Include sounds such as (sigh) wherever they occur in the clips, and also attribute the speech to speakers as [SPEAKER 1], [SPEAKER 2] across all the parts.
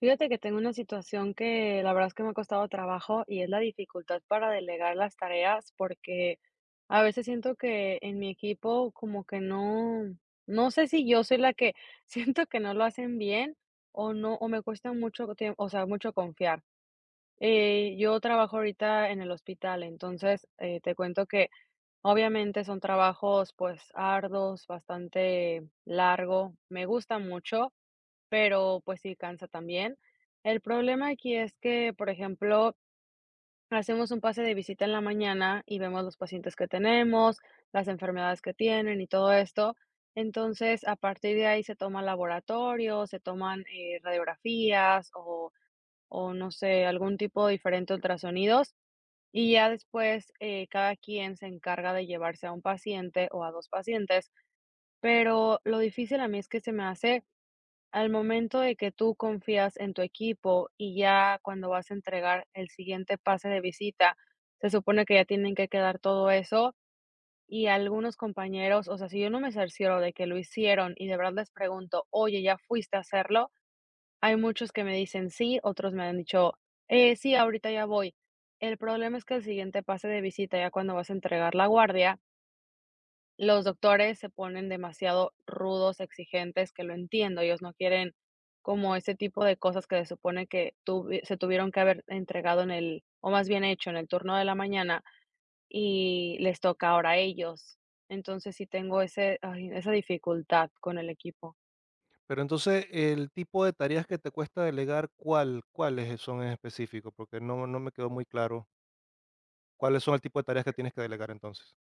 [SPEAKER 1] Fíjate que tengo una situación que la verdad es que me ha costado trabajo y es la dificultad para delegar las tareas porque a veces siento que en mi equipo como que no, no sé si yo soy la que (laughs) siento que no lo hacen bien o no, o me cuesta mucho tiempo, o sea, mucho confiar. Yo trabajo ahorita en el hospital, entonces te cuento que obviamente son trabajos pues arduos, bastante largo, me gusta mucho pero pues sí cansa también. El problema aquí es que, por ejemplo, hacemos un pase de visita en la mañana y vemos los pacientes que tenemos, las enfermedades que tienen y todo esto. Entonces, a partir de ahí se toma laboratorio, se toman radiografías o no sé, algún tipo diferente de ultrasonidos. Y ya después cada quien se encarga de llevarse a un paciente o a dos pacientes. Pero lo difícil a mí es que se me hace al momento de que tú confías en tu equipo y ya cuando vas a entregar el siguiente pase de visita, se supone que ya tienen que quedar todo eso y algunos compañeros, o sea, si yo no me cercioro de que lo hicieron y de verdad les pregunto, oye, ¿ya fuiste a hacerlo? Hay muchos que me dicen sí, otros me han dicho, sí, ahorita ya voy. El problema es que el siguiente pase de visita, ya cuando vas a entregar la guardia, los doctores se ponen demasiado rudos, exigentes, que lo entiendo, ellos no quieren como ese tipo de cosas que se supone que tuvi se tuvieron que haber entregado en el o más bien hecho en el turno de la mañana y les toca ahora a ellos. Entonces, sí tengo esa dificultad con el equipo.
[SPEAKER 2] Pero entonces, el tipo de tareas que te cuesta delegar, ¿cuáles son en específico? Porque no me quedó muy claro. ¿Cuáles son el tipo de tareas que tienes que delegar entonces?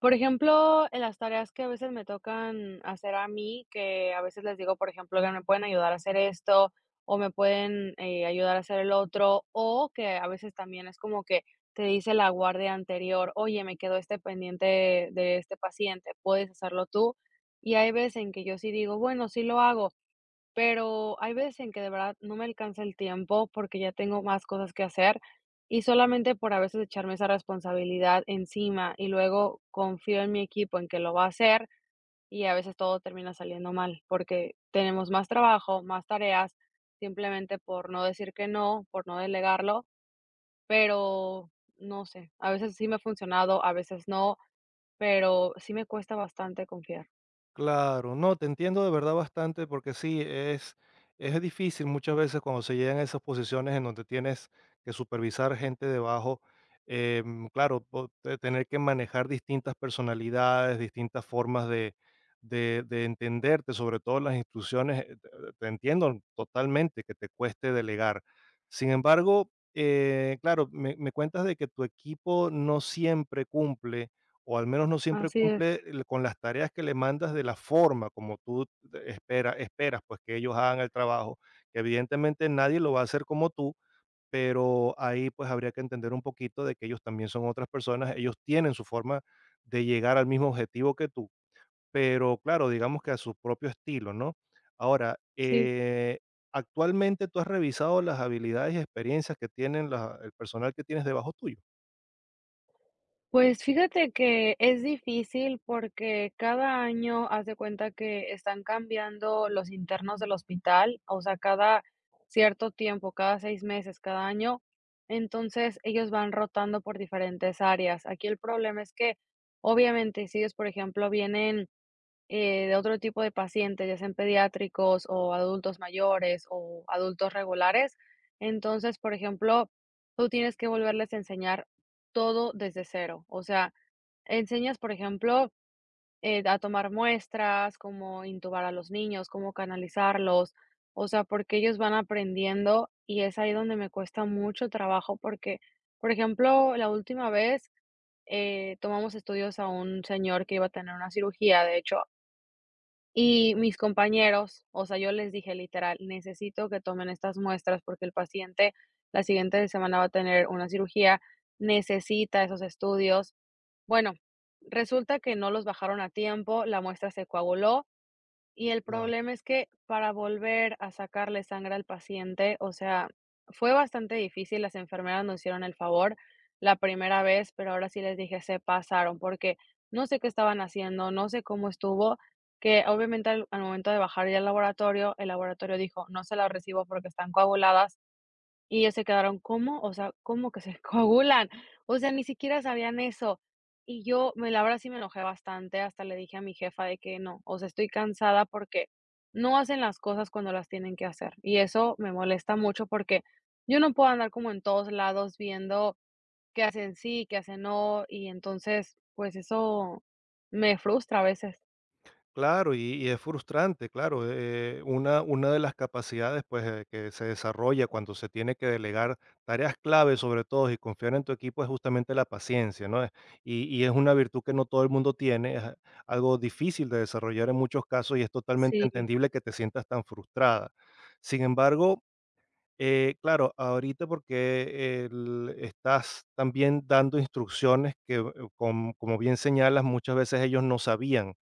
[SPEAKER 1] Por ejemplo, en las tareas que a veces me tocan hacer a mí, que a veces les digo, por ejemplo, que me pueden ayudar a hacer esto o me pueden ayudar a hacer el otro, o que a veces también es como que te dice la guardia anterior, oye, me quedó este pendiente de este paciente, puedes hacerlo tú. Y hay veces en que yo sí digo, bueno, sí lo hago, pero hay veces en que de verdad no me alcanza el tiempo porque ya tengo más cosas que hacer y solamente por a veces echarme esa responsabilidad encima y luego confío en mi equipo en que lo va a hacer y a veces todo termina saliendo mal porque tenemos más trabajo, más tareas, simplemente por no decir que no, por no delegarlo, pero no sé, a veces sí me ha funcionado, a veces no, pero sí me cuesta bastante confiar.
[SPEAKER 2] Claro, no, te entiendo de verdad bastante porque sí, es difícil muchas veces cuando se llegan a esas posiciones en donde tienes que supervisar gente debajo, claro, tener que manejar distintas personalidades, distintas formas de, de entenderte, sobre todo las instrucciones, te te entiendo totalmente que te cueste delegar. Sin embargo, claro, me cuentas de que tu equipo no siempre cumple o al menos no siempre
[SPEAKER 1] Así es,
[SPEAKER 2] cumple con las tareas que le mandas de la forma como tú esperas pues que ellos hagan el trabajo, que evidentemente nadie lo va a hacer como tú, pero ahí pues habría que entender un poquito de que ellos también son otras personas, ellos tienen su forma de llegar al mismo objetivo que tú, pero claro, digamos que a su propio estilo, ¿no? Ahora,
[SPEAKER 1] sí.
[SPEAKER 2] actualmente tú has revisado las habilidades y experiencias que tienen el personal que tienes debajo tuyo.
[SPEAKER 1] Pues fíjate que es difícil porque cada año haz de cuenta que están cambiando los internos del hospital, o sea, cada cierto tiempo, cada 6 meses, cada año, entonces ellos van rotando por diferentes áreas. Aquí el problema es que, obviamente, si ellos, por ejemplo, vienen de otro tipo de pacientes, ya sean pediátricos o adultos mayores o adultos regulares. Entonces, por ejemplo, tú tienes que volverles a enseñar todo desde cero. O sea, enseñas, por ejemplo, a tomar muestras, cómo intubar a los niños, cómo canalizarlos, o sea, porque ellos van aprendiendo y es ahí donde me cuesta mucho trabajo porque, por ejemplo, la última vez tomamos estudios a un señor que iba a tener una cirugía, de hecho, y mis compañeros, o sea, yo les dije literal: "Necesito que tomen estas muestras porque el paciente la siguiente semana va a tener una cirugía, necesita esos estudios". Bueno, resulta que no los bajaron a tiempo, la muestra se coaguló y el problema es que para volver a sacarle sangre al paciente, o sea, fue bastante difícil, las enfermeras nos hicieron el favor la primera vez, pero ahora sí les dije, se pasaron, porque no sé qué estaban haciendo, no sé cómo estuvo, que obviamente al momento de bajar ya al laboratorio, el laboratorio dijo, no se la recibo porque están coaguladas y ellos se quedaron, ¿cómo? O sea, ¿cómo que se (laughs) coagulan? O sea, ni siquiera sabían eso. Y yo, me la verdad sí me enojé bastante, hasta le dije a mi jefa de que no, o sea, estoy cansada porque no hacen las cosas cuando las tienen que hacer. Y eso me molesta mucho porque yo no puedo andar como en todos lados viendo qué hacen sí, qué hacen no, y entonces, pues eso me frustra a veces.
[SPEAKER 2] Claro, y es frustrante, claro. Una una de las capacidades, pues, que se desarrolla cuando se tiene que delegar tareas clave, sobre todo, y confiar en tu equipo, es justamente la paciencia, ¿no? Y es una virtud que no todo el mundo tiene, es algo difícil de desarrollar en muchos casos y es totalmente
[SPEAKER 1] Sí,
[SPEAKER 2] entendible que te sientas tan frustrada. Sin embargo, claro, ahorita porque el estás también dando instrucciones que, como bien señalas, muchas veces ellos no sabían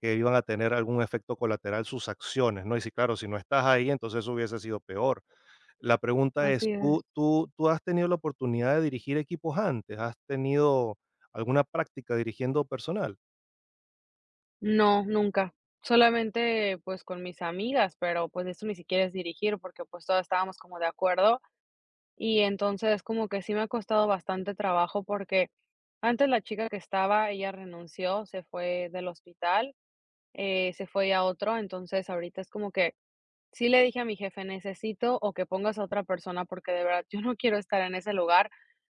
[SPEAKER 2] que iban a tener algún efecto colateral sus acciones, ¿no? Y si, claro, si no estás ahí, entonces eso hubiese sido peor. La pregunta es,
[SPEAKER 1] así es.
[SPEAKER 2] tú has tenido la oportunidad de dirigir equipos antes? ¿Has tenido alguna práctica dirigiendo personal?
[SPEAKER 1] No, nunca. Solamente, pues, con mis amigas, pero, pues, eso ni siquiera es dirigir, porque, pues, todas estábamos como de acuerdo. Y entonces, como que sí me ha costado bastante trabajo, porque antes la chica que estaba, ella renunció, se fue del hospital, se fue a otro. Entonces, ahorita es como que sí le dije a mi jefe: "Necesito o que pongas a otra persona, porque de verdad yo no quiero estar en ese lugar".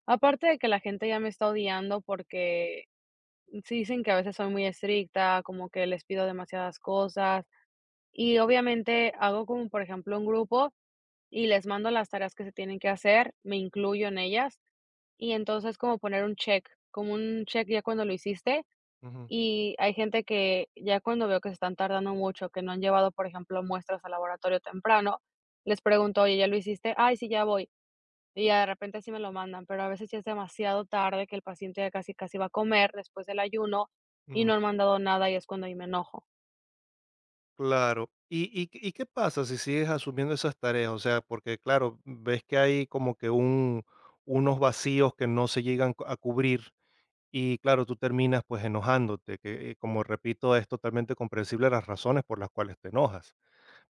[SPEAKER 1] Aparte de que la gente ya me está odiando, porque sí, dicen que a veces soy muy estricta, como que les pido demasiadas cosas y obviamente hago como, por ejemplo, un grupo y les mando las tareas que se tienen que hacer, me incluyo en ellas y entonces como poner un check, como un check ya cuando lo hiciste
[SPEAKER 2] Ujú.
[SPEAKER 1] y hay gente que ya cuando veo que se están tardando mucho, que no han llevado, por ejemplo, muestras al laboratorio temprano, les pregunto, oye, ¿ya lo hiciste? Ay, sí, ya voy. Y de repente sí me lo mandan, pero a veces ya es demasiado tarde que el paciente ya casi, casi va a comer después del ayuno y
[SPEAKER 2] Mm.
[SPEAKER 1] no han mandado nada y es cuando ahí me enojo.
[SPEAKER 2] Claro. ¿Y, y qué pasa si sigues asumiendo esas tareas? O sea, porque claro, ves que hay como que un, unos vacíos que no se llegan a cubrir y claro, tú terminas pues enojándote, que como repito, es totalmente comprensible las razones por las cuales te enojas.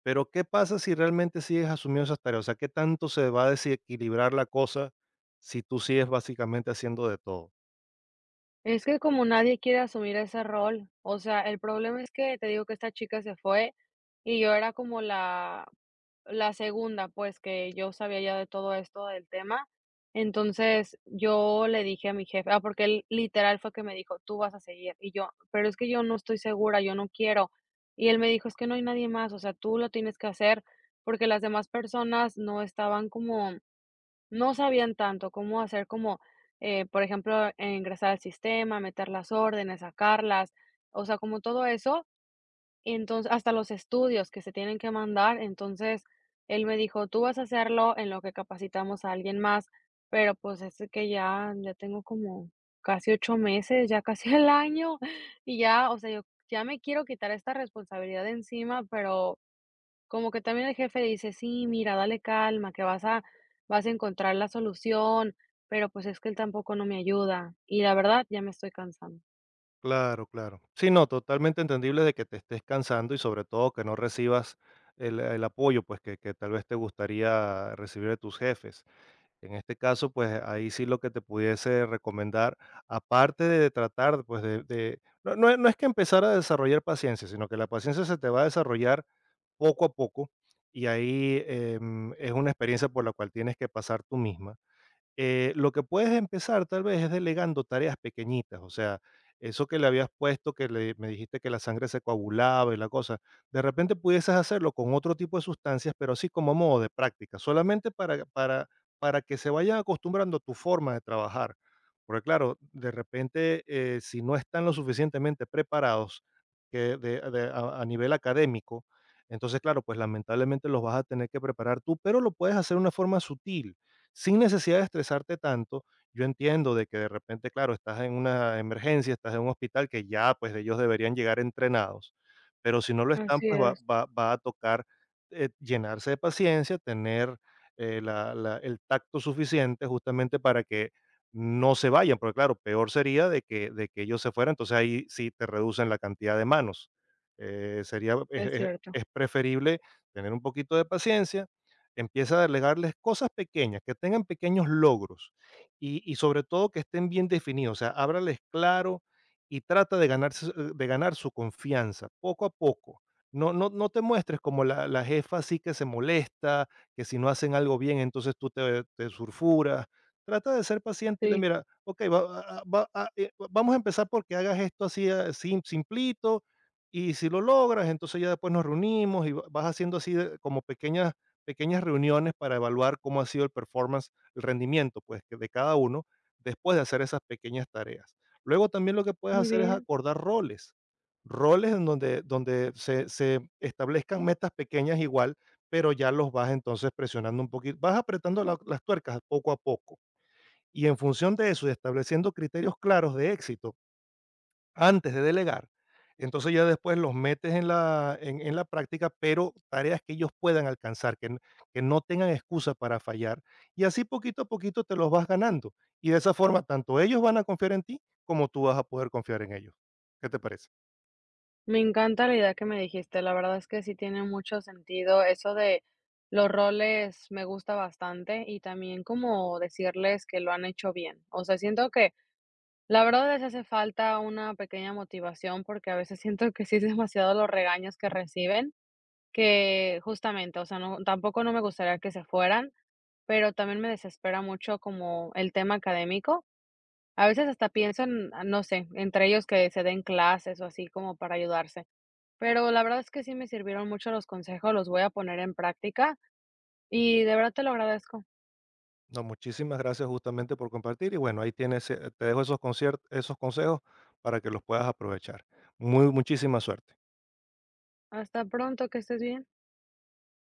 [SPEAKER 2] Pero, ¿qué pasa si realmente sigues asumiendo esas tareas? O sea, ¿qué tanto se va a desequilibrar la cosa si tú sigues básicamente haciendo de todo?
[SPEAKER 1] Es que como nadie quiere asumir ese rol, o sea, el problema es que te digo que esta chica se fue y yo era como la segunda, pues que yo sabía ya de todo esto del tema. Entonces yo le dije a mi jefe, ah, porque él literal fue que me dijo, tú vas a seguir. Y yo, pero es que yo no estoy segura, yo no quiero. Y él me dijo, es que no hay nadie más, o sea, tú lo tienes que hacer porque las demás personas no estaban como no sabían tanto cómo hacer como, por ejemplo, ingresar al sistema, meter las órdenes, sacarlas, o sea, como todo eso. Y entonces, hasta los estudios que se tienen que mandar. Entonces, él me dijo: "Tú vas a hacerlo en lo que capacitamos a alguien más", pero, pues, es que ya tengo como casi 8 meses, ya casi (laughs) el año, y ya, o sea, yo ya me quiero quitar esta responsabilidad de encima, pero como que también el jefe dice: "Sí, mira, dale calma, que vas a encontrar la solución", pero, pues, es que él tampoco no me ayuda, y la verdad ya me estoy cansando.
[SPEAKER 2] Claro, claro. Sí, no, totalmente entendible de que te estés cansando y sobre todo que no recibas el apoyo, pues que tal vez te gustaría recibir de tus jefes. En este caso, pues ahí sí lo que te pudiese recomendar, aparte de tratar, pues no, no es que empezar a desarrollar paciencia, sino que la paciencia se te va a desarrollar poco a poco, y ahí, es una experiencia por la cual tienes que pasar tú misma, lo que puedes empezar tal vez es delegando tareas pequeñitas, o sea, eso que le habías puesto, que me dijiste que la sangre se coagulaba y la cosa, de repente pudieses hacerlo con otro tipo de sustancias, pero así como modo de práctica, solamente para que se vayan acostumbrando a tu forma de trabajar. Porque claro, de repente, si no están lo suficientemente preparados que a nivel académico, entonces claro, pues lamentablemente los vas a tener que preparar tú, pero lo puedes hacer de una forma sutil sin necesidad de estresarte tanto. Yo entiendo de que de repente, claro, estás en una emergencia, estás en un hospital que ya pues ellos deberían llegar entrenados, pero si no lo están,
[SPEAKER 1] Así
[SPEAKER 2] pues va a tocar llenarse de paciencia, tener el tacto suficiente justamente para que no se vayan, porque claro, peor sería de de que ellos se fueran, entonces ahí sí te reducen la cantidad de manos.
[SPEAKER 1] es cierto.
[SPEAKER 2] Es preferible tener un poquito de paciencia. Empieza a delegarles cosas pequeñas, que tengan pequeños logros y sobre todo que estén bien definidos, o sea, ábrales claro y trata de ganar su confianza poco a poco. No te muestres como la jefa así que se molesta, que si no hacen algo bien, entonces tú te surfuras. Trata de ser paciente y le
[SPEAKER 1] Sí,
[SPEAKER 2] "Mira, okey, va a va a vamos a empezar porque hagas esto así, ah, simplito, y si lo logras, entonces ya después nos reunimos", y va vas haciendo así de como pequeñas reuniones para evaluar cómo ha sido el performance, el rendimiento, pues, que de cada uno después de hacer esas pequeñas tareas. Luego también lo que puedes
[SPEAKER 1] muy
[SPEAKER 2] hacer es
[SPEAKER 1] bien.
[SPEAKER 2] acordar roles, roles en donde, donde se establezcan metas pequeñas igual, pero ya los vas entonces presionando un poquito, vas apretando las tuercas poco a poco. Y en función de eso, y estableciendo criterios claros de éxito, antes de delegar. Entonces ya después los metes en la, en la práctica, pero tareas que ellos puedan alcanzar, que no tengan excusa para fallar. Y así poquito a poquito te los vas ganando. Y de esa forma, tanto ellos van a confiar en ti como tú vas a poder confiar en ellos. ¿Qué te parece?
[SPEAKER 1] Me encanta la idea que me dijiste, la verdad es que sí tiene mucho sentido eso de los roles, me gusta bastante, y también como decirles que lo han hecho bien. O sea, siento que la verdad les hace falta una pequeña motivación, porque a veces siento que sí es demasiado los regaños que reciben. Que justamente, o sea, no, tampoco no me gustaría que se fueran, pero también me desespera mucho como el tema académico. A veces hasta pienso en, ah, no sé, entre ellos que se den clases o así como para ayudarse. Pero la verdad es que sí me sirvieron mucho los consejos, los voy a poner en práctica y de verdad te lo agradezco.
[SPEAKER 2] No, muchísimas gracias justamente por compartir. Y bueno, ahí tienes, te dejo esos, esos consejos para que los puedas aprovechar. Muchísima suerte.
[SPEAKER 1] Hasta pronto, que estés bien.